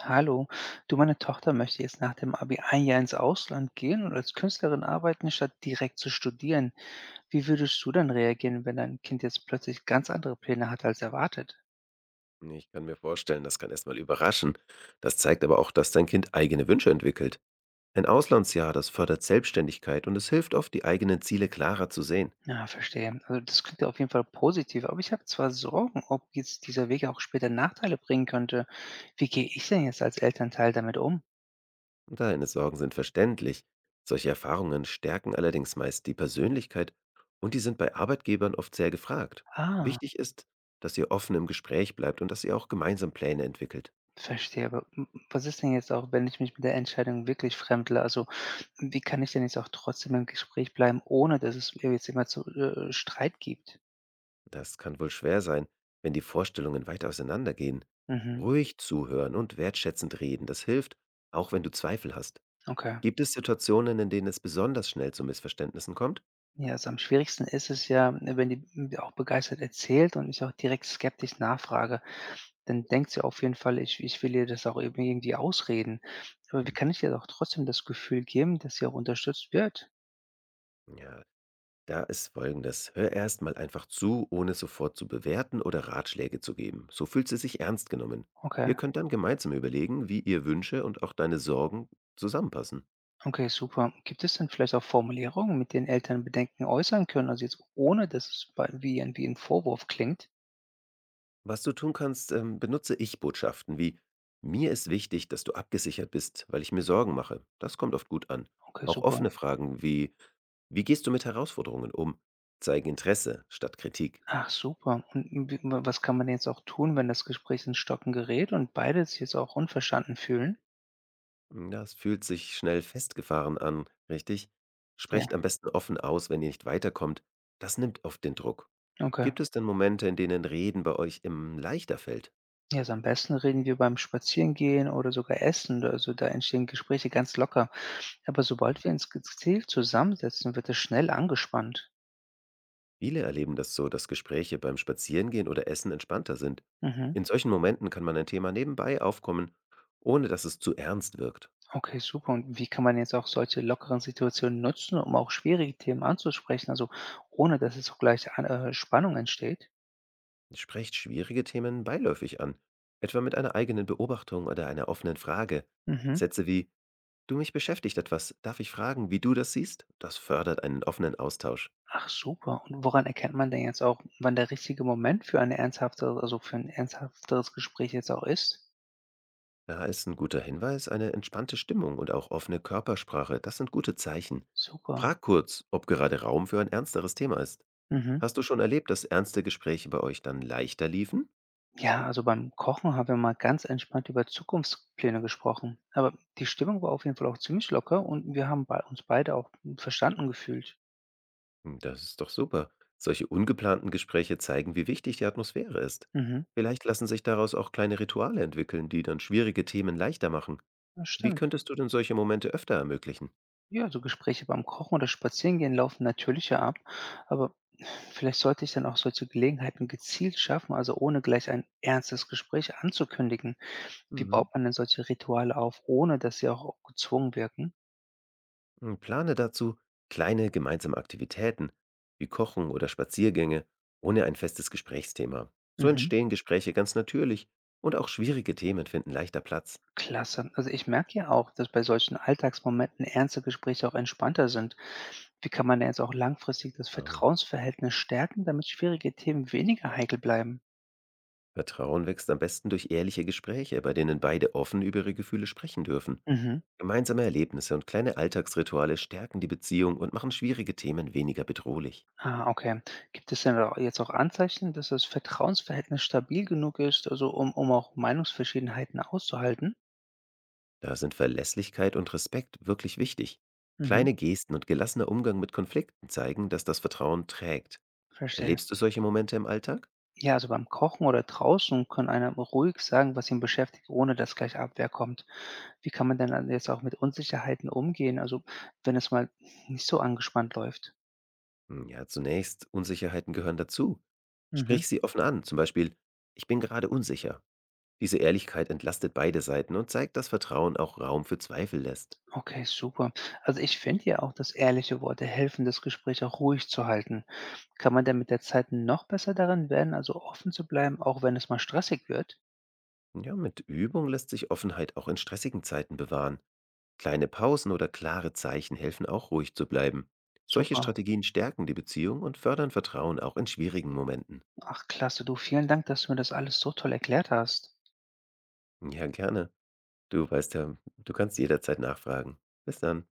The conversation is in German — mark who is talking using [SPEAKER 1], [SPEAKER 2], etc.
[SPEAKER 1] Hallo, du, meine Tochter möchte jetzt nach dem Abi ein Jahr ins Ausland gehen und als Künstlerin arbeiten, statt direkt zu studieren. Wie würdest du dann reagieren, wenn dein Kind jetzt plötzlich ganz andere Pläne hat als erwartet?
[SPEAKER 2] Nee, ich kann mir vorstellen, das kann erst mal überraschen. Das zeigt aber auch, dass dein Kind eigene Wünsche entwickelt. Ein Auslandsjahr, das fördert Selbstständigkeit und es hilft oft, die eigenen Ziele klarer zu sehen.
[SPEAKER 1] Ja, verstehe. Also das klingt ja auf jeden Fall positiv, aber ich habe zwar Sorgen, ob jetzt dieser Weg auch später Nachteile bringen könnte. Wie gehe ich denn jetzt als Elternteil damit um?
[SPEAKER 2] Und deine Sorgen sind verständlich. Solche Erfahrungen stärken allerdings meist die Persönlichkeit und die sind bei Arbeitgebern oft sehr gefragt.
[SPEAKER 1] Ah.
[SPEAKER 2] Wichtig ist, dass ihr offen im Gespräch bleibt und dass ihr auch gemeinsam Pläne entwickelt.
[SPEAKER 1] Verstehe, aber w was ist denn jetzt auch, wenn ich mich mit der Entscheidung wirklich fremdle? Also, wie kann ich denn jetzt auch trotzdem im Gespräch bleiben, ohne dass es mir jetzt immer zu Streit gibt?
[SPEAKER 2] Das kann wohl schwer sein, wenn die Vorstellungen weit auseinandergehen.
[SPEAKER 1] Mhm,
[SPEAKER 2] Ruhig zuhören und wertschätzend reden, das hilft, auch wenn du Zweifel hast.
[SPEAKER 1] okay.
[SPEAKER 2] Gibt es Situationen, in denen es besonders schnell zu Missverständnissen kommt?
[SPEAKER 1] Ja, also am schwierigsten ist es ja, ne, wenn die mir auch begeistert erzählt und ich auch direkt skeptisch nachfrage, dann denkt sie auf jeden Fall, ich will ihr das auch eben irgendwie ausreden. Aber wie
[SPEAKER 2] Hm,
[SPEAKER 1] kann ich ihr auch trotzdem das Gefühl geben, dass sie auch unterstützt wird?
[SPEAKER 2] ja, da ist Folgendes. Hör erst mal einfach zu, ohne sofort zu bewerten oder Ratschläge zu geben. So fühlt sie sich ernst genommen. Ihr
[SPEAKER 1] Okay.
[SPEAKER 2] könnt dann gemeinsam überlegen, wie ihr Wünsche und auch deine Sorgen zusammenpassen.
[SPEAKER 1] Okay, super. Gibt es denn vielleicht auch Formulierungen, mit denen Eltern Bedenken äußern können, also jetzt ohne, dass es wie ein Vorwurf klingt?
[SPEAKER 2] Was du tun kannst, benutze Ich-Botschaften wie: Mir ist wichtig, dass du abgesichert bist, weil ich mir Sorgen mache. Das kommt oft gut an.
[SPEAKER 1] Okay,
[SPEAKER 2] Auch
[SPEAKER 1] super.
[SPEAKER 2] offene Fragen wie: Wie gehst du mit Herausforderungen um? Zeige Interesse statt Kritik.
[SPEAKER 1] Ach, super. Und was kann man jetzt auch tun, wenn das Gespräch ins Stocken gerät und beide sich jetzt auch unverstanden fühlen?
[SPEAKER 2] Hm, das fühlt sich schnell festgefahren an, richtig? Sprecht
[SPEAKER 1] Ja,
[SPEAKER 2] am besten offen aus, wenn ihr nicht weiterkommt. Das nimmt oft den Druck.
[SPEAKER 1] okay.
[SPEAKER 2] Gibt es denn Momente, in denen Reden bei euch im leichter fällt?
[SPEAKER 1] Ja, also am besten reden wir beim Spazierengehen oder sogar Essen. Also da entstehen Gespräche ganz locker. Aber
[SPEAKER 2] Hm.
[SPEAKER 1] sobald wir uns gezielt zusammensetzen, wird es schnell angespannt.
[SPEAKER 2] Viele erleben das so, dass Gespräche beim Spazierengehen oder Essen entspannter sind.
[SPEAKER 1] Mhm.
[SPEAKER 2] In solchen Momenten kann man ein Thema nebenbei aufkommen, ohne dass es zu ernst wirkt.
[SPEAKER 1] Okay, super. Und wie kann man jetzt auch solche lockeren Situationen nutzen, um auch schwierige Themen anzusprechen, also ohne dass es auch gleich Spannung entsteht?
[SPEAKER 2] Sprecht schwierige Themen beiläufig an, etwa mit einer eigenen Beobachtung oder einer offenen Frage.
[SPEAKER 1] Mhm.
[SPEAKER 2] Sätze wie: Du, mich beschäftigt etwas. Darf ich fragen, wie du das siehst? Das fördert einen offenen Austausch.
[SPEAKER 1] Ach super. Und woran erkennt man denn jetzt auch, wann der richtige Moment für eine ernsthaftere, also für ein ernsthafteres Gespräch jetzt auch ist?
[SPEAKER 2] Da ist ein guter Hinweis, eine entspannte Stimmung und auch offene Körpersprache. Das sind gute Zeichen.
[SPEAKER 1] Super.
[SPEAKER 2] Frag kurz, ob gerade Raum für ein ernsteres Thema ist.
[SPEAKER 1] Mhm.
[SPEAKER 2] Hast du schon erlebt, dass ernste Gespräche bei euch dann leichter liefen?
[SPEAKER 1] Ja, also beim Kochen haben wir mal ganz entspannt über Zukunftspläne gesprochen. Aber die Stimmung war auf jeden Fall auch ziemlich locker und wir haben bei uns beide auch verstanden gefühlt.
[SPEAKER 2] Hm, das ist doch super. Solche ungeplanten Gespräche zeigen, wie wichtig die Atmosphäre ist.
[SPEAKER 1] Mhm.
[SPEAKER 2] Vielleicht lassen sich daraus auch kleine Rituale entwickeln, die dann schwierige Themen leichter machen.
[SPEAKER 1] Das
[SPEAKER 2] Wie
[SPEAKER 1] stimmt.
[SPEAKER 2] könntest du denn solche Momente öfter ermöglichen?
[SPEAKER 1] Ja, so Gespräche beim Kochen oder Spazierengehen laufen natürlicher ab, aber vielleicht sollte ich dann auch solche Gelegenheiten gezielt schaffen, also ohne gleich ein ernstes Gespräch anzukündigen. Wie baut
[SPEAKER 2] Mhm.
[SPEAKER 1] man denn solche Rituale auf, ohne dass sie auch gezwungen wirken?
[SPEAKER 2] Und plane dazu kleine gemeinsame Aktivitäten wie Kochen oder Spaziergänge ohne ein festes Gesprächsthema. So
[SPEAKER 1] Mhm.
[SPEAKER 2] entstehen Gespräche ganz natürlich und auch schwierige Themen finden leichter Platz.
[SPEAKER 1] Klasse. Also ich merke ja auch, dass bei solchen Alltagsmomenten ernste Gespräche auch entspannter sind. Wie kann man denn jetzt auch langfristig das
[SPEAKER 2] Genau.
[SPEAKER 1] Vertrauensverhältnis stärken, damit schwierige Themen weniger heikel bleiben?
[SPEAKER 2] Vertrauen wächst am besten durch ehrliche Gespräche, bei denen beide offen über ihre Gefühle sprechen dürfen.
[SPEAKER 1] Mhm.
[SPEAKER 2] Gemeinsame Erlebnisse und kleine Alltagsrituale stärken die Beziehung und machen schwierige Themen weniger bedrohlich.
[SPEAKER 1] Ah, okay. Gibt es denn da jetzt auch Anzeichen, dass das Vertrauensverhältnis stabil genug ist, also um auch Meinungsverschiedenheiten auszuhalten?
[SPEAKER 2] Da sind Verlässlichkeit und Respekt wirklich wichtig.
[SPEAKER 1] Mhm,
[SPEAKER 2] Kleine Gesten und gelassener Umgang mit Konflikten zeigen, dass das Vertrauen trägt.
[SPEAKER 1] verstehe.
[SPEAKER 2] Erlebst du solche Momente im Alltag?
[SPEAKER 1] Ja, also beim Kochen oder draußen kann einer ruhig sagen, was ihn beschäftigt, ohne dass gleich Abwehr kommt. Wie kann man denn dann jetzt auch mit Unsicherheiten umgehen, also wenn es mal nicht so angespannt läuft?
[SPEAKER 2] Hm, ja, zunächst, Unsicherheiten gehören dazu.
[SPEAKER 1] Mhm.
[SPEAKER 2] Sprich sie offen an, zum Beispiel: ich bin gerade unsicher. Diese Ehrlichkeit entlastet beide Seiten und zeigt, dass Vertrauen auch Raum für Zweifel lässt.
[SPEAKER 1] Okay, super. Also ich finde ja auch, dass ehrliche Worte helfen, das Gespräch auch ruhig zu halten. Kann man denn mit der Zeit noch besser darin werden, also offen zu bleiben, auch wenn es mal stressig wird?
[SPEAKER 2] Ja, mit Übung lässt sich Offenheit auch in stressigen Zeiten bewahren. Kleine Pausen oder klare Zeichen helfen auch ruhig zu bleiben. Solche
[SPEAKER 1] Super.
[SPEAKER 2] Strategien stärken die Beziehung und fördern Vertrauen auch in schwierigen Momenten.
[SPEAKER 1] Ach klasse, du, vielen Dank, dass du mir das alles so toll erklärt hast.
[SPEAKER 2] Ja, gerne. Du weißt ja, du kannst jederzeit nachfragen. Bis dann.